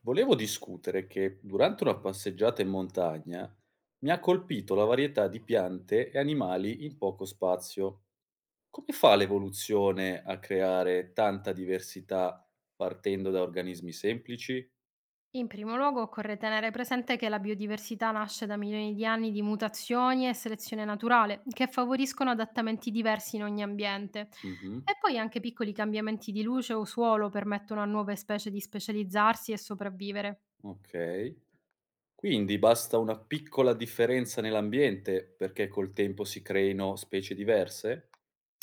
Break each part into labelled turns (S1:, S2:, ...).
S1: Volevo discutere che durante una passeggiata in montagna mi ha colpito la varietà di piante e animali in poco spazio. Come fa l'evoluzione a creare tanta diversità partendo da organismi semplici?
S2: In primo luogo occorre tenere presente che la biodiversità nasce da milioni di anni di mutazioni e selezione naturale, che favoriscono adattamenti diversi in ogni ambiente.
S1: Mhm,
S2: E poi anche piccoli cambiamenti di luce o suolo permettono a nuove specie di specializzarsi e sopravvivere.
S1: ok. Quindi basta una piccola differenza nell'ambiente perché col tempo si creino specie diverse?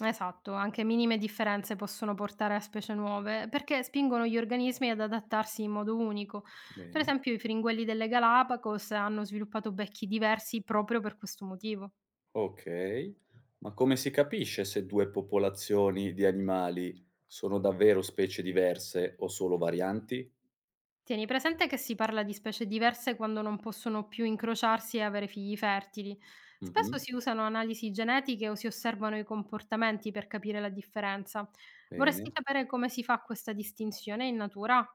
S2: Esatto, anche minime differenze possono portare a specie nuove, perché spingono gli organismi ad adattarsi in modo unico. Per
S1: Bene.
S2: esempio i fringuelli delle Galapagos hanno sviluppato becchi diversi proprio per questo motivo.
S1: Okay, ma come si capisce se 2 popolazioni di animali sono davvero specie diverse o solo varianti?
S2: Tieni presente che si parla di specie diverse quando non possono più incrociarsi e avere figli fertili.
S1: Mh-mh,
S2: Spesso si usano analisi genetiche o si osservano i comportamenti per capire la differenza.
S1: bene.
S2: Vorresti sapere come si fa questa distinzione in natura?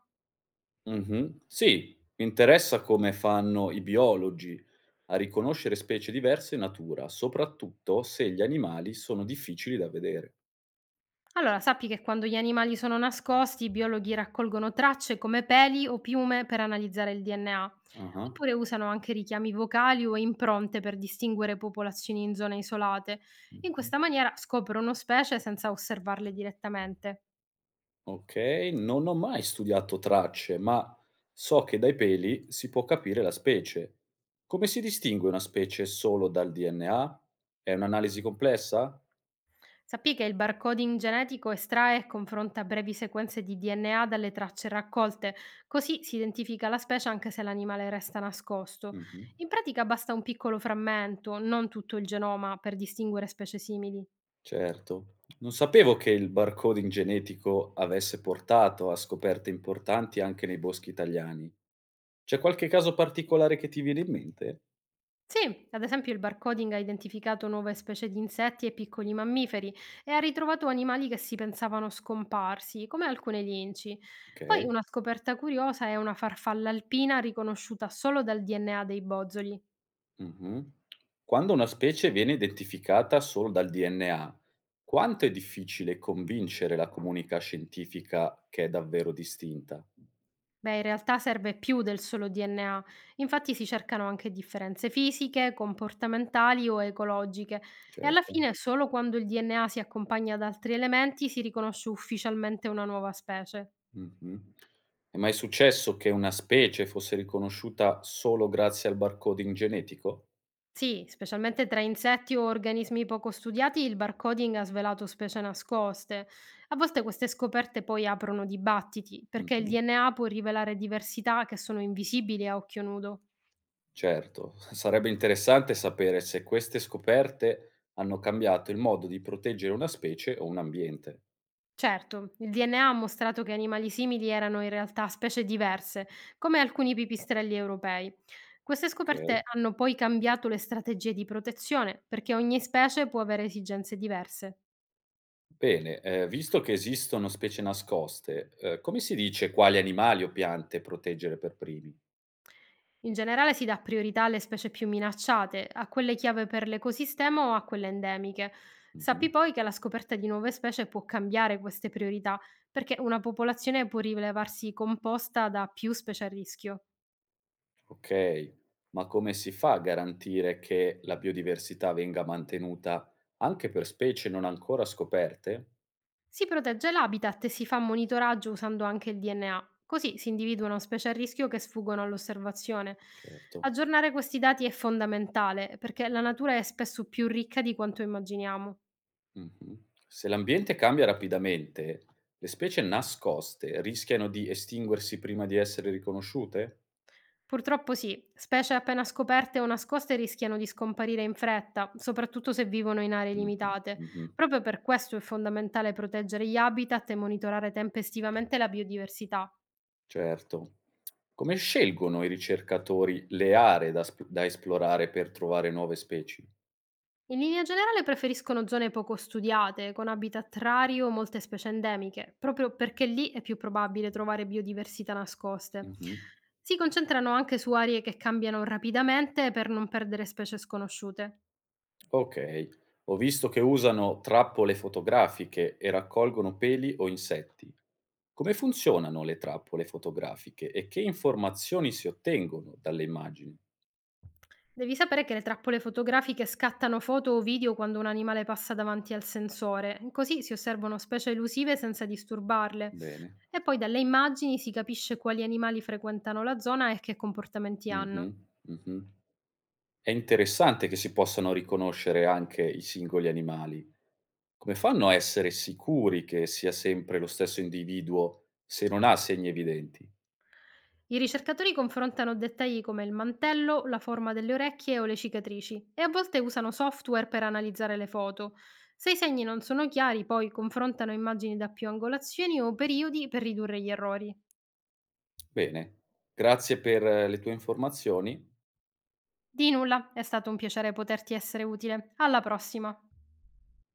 S1: Mh-mh. Sì, mi interessa come fanno i biologi a riconoscere specie diverse in natura, soprattutto se gli animali sono difficili da vedere.
S2: Allora, sappi che quando gli animali sono nascosti, i biologhi raccolgono tracce come peli o piume per analizzare il DNA,
S1: Ah-ah.
S2: oppure usano anche richiami vocali o impronte per distinguere popolazioni in zone isolate. In
S1: Mh-mh.
S2: questa maniera scoprono specie senza osservarle direttamente.
S1: Okay, non ho mai studiato tracce, ma so che dai peli si può capire la specie. Come si distingue una specie solo dal DNA? È un'analisi complessa?
S2: Sappi che il barcoding genetico estrae e confronta brevi sequenze di DNA dalle tracce raccolte, così si identifica la specie anche se l'animale resta nascosto.
S1: Mh-mh,
S2: In pratica basta un piccolo frammento, non tutto il genoma, per distinguere specie simili.
S1: certo. Non sapevo che il barcoding genetico avesse portato a scoperte importanti anche nei boschi italiani. C'è qualche caso particolare che ti viene in mente?
S2: Sì, ad esempio il barcoding ha identificato nuove specie di insetti e piccoli mammiferi e ha ritrovato animali che si pensavano scomparsi, come alcune linci. Poi
S1: Okay.
S2: una scoperta curiosa è una farfalla alpina riconosciuta solo dal DNA dei bozzoli.
S1: Mh-mh. Quando una specie viene identificata solo dal DNA, quanto è difficile convincere la comunità scientifica che è davvero distinta?
S2: Beh, in realtà serve più del solo DNA, infatti si cercano anche differenze fisiche, comportamentali o ecologiche e alla
S1: Certo.
S2: fine solo quando il DNA si accompagna ad altri elementi si riconosce ufficialmente una nuova specie.
S1: Mh-mh. È mai successo che una specie fosse riconosciuta solo grazie al barcoding genetico?
S2: Sì, specialmente tra insetti o organismi poco studiati il barcoding ha svelato specie nascoste. A volte queste scoperte poi aprono dibattiti, perché il
S1: Mh-mh.
S2: DNA può rivelare diversità che sono invisibili a occhio nudo.
S1: Certo, sarebbe interessante sapere se queste scoperte hanno cambiato il modo di proteggere una specie o un ambiente,
S2: Certo, il DNA ha mostrato che animali simili erano in realtà specie diverse, come alcuni pipistrelli europei. Queste
S1: okay?
S2: scoperte hanno poi cambiato le strategie di protezione, perché ogni specie può avere esigenze diverse.
S1: Bene, visto che esistono specie nascoste, come si dice quali animali o piante proteggere per primi?
S2: In generale si dà priorità alle specie più minacciate, a quelle chiave per l'ecosistema o a quelle endemiche.
S1: Mh-mh.
S2: Sappi poi che la scoperta di nuove specie può cambiare queste priorità, perché una popolazione può rilevarsi composta da più specie a rischio.
S1: Okay, ma come si fa a garantire che la biodiversità venga mantenuta anche per specie non ancora scoperte?
S2: Si protegge l'habitat e si fa monitoraggio usando anche il DNA, così si individuano specie a rischio che sfuggono all'osservazione.
S1: Certo.
S2: Aggiornare questi dati è fondamentale perché la natura è spesso più ricca di quanto immaginiamo.
S1: Mh-mh. Se l'ambiente cambia rapidamente, le specie nascoste rischiano di estinguersi prima di essere riconosciute?
S2: Purtroppo sì, specie appena scoperte o nascoste rischiano di scomparire in fretta, soprattutto se vivono in aree
S1: Mh-mh,
S2: limitate.
S1: mh-mh.
S2: Proprio per questo è fondamentale proteggere gli habitat e monitorare tempestivamente la biodiversità.
S1: Certo. Come scelgono i ricercatori le aree da esplorare per trovare nuove specie?
S2: In linea generale preferiscono zone poco studiate, con habitat rari o molte specie endemiche, proprio perché lì è più probabile trovare biodiversità nascoste.
S1: Mh-mh.
S2: Si concentrano anche su aree che cambiano rapidamente per non perdere specie sconosciute.
S1: Okay. Ho visto che usano trappole fotografiche e raccolgono peli o insetti. Come funzionano le trappole fotografiche e che informazioni si ottengono dalle immagini?
S2: Devi sapere che le trappole fotografiche scattano foto o video quando un animale passa davanti al sensore, così si osservano specie elusive senza disturbarle.
S1: Bene.
S2: E poi dalle immagini si capisce quali animali frequentano la zona e che comportamenti hanno.
S1: Mh-mh, mh-mh. È interessante che si possano riconoscere anche i singoli animali. Come fanno a essere sicuri che sia sempre lo stesso individuo se non ha segni evidenti?
S2: I ricercatori confrontano dettagli come il mantello, la forma delle orecchie o le cicatrici e a volte usano software per analizzare le foto. Se i segni non sono chiari, poi confrontano immagini da più angolazioni o periodi per ridurre gli errori.
S1: Bene, grazie per le tue informazioni.
S2: Di nulla, è stato un piacere poterti essere utile. Alla prossima!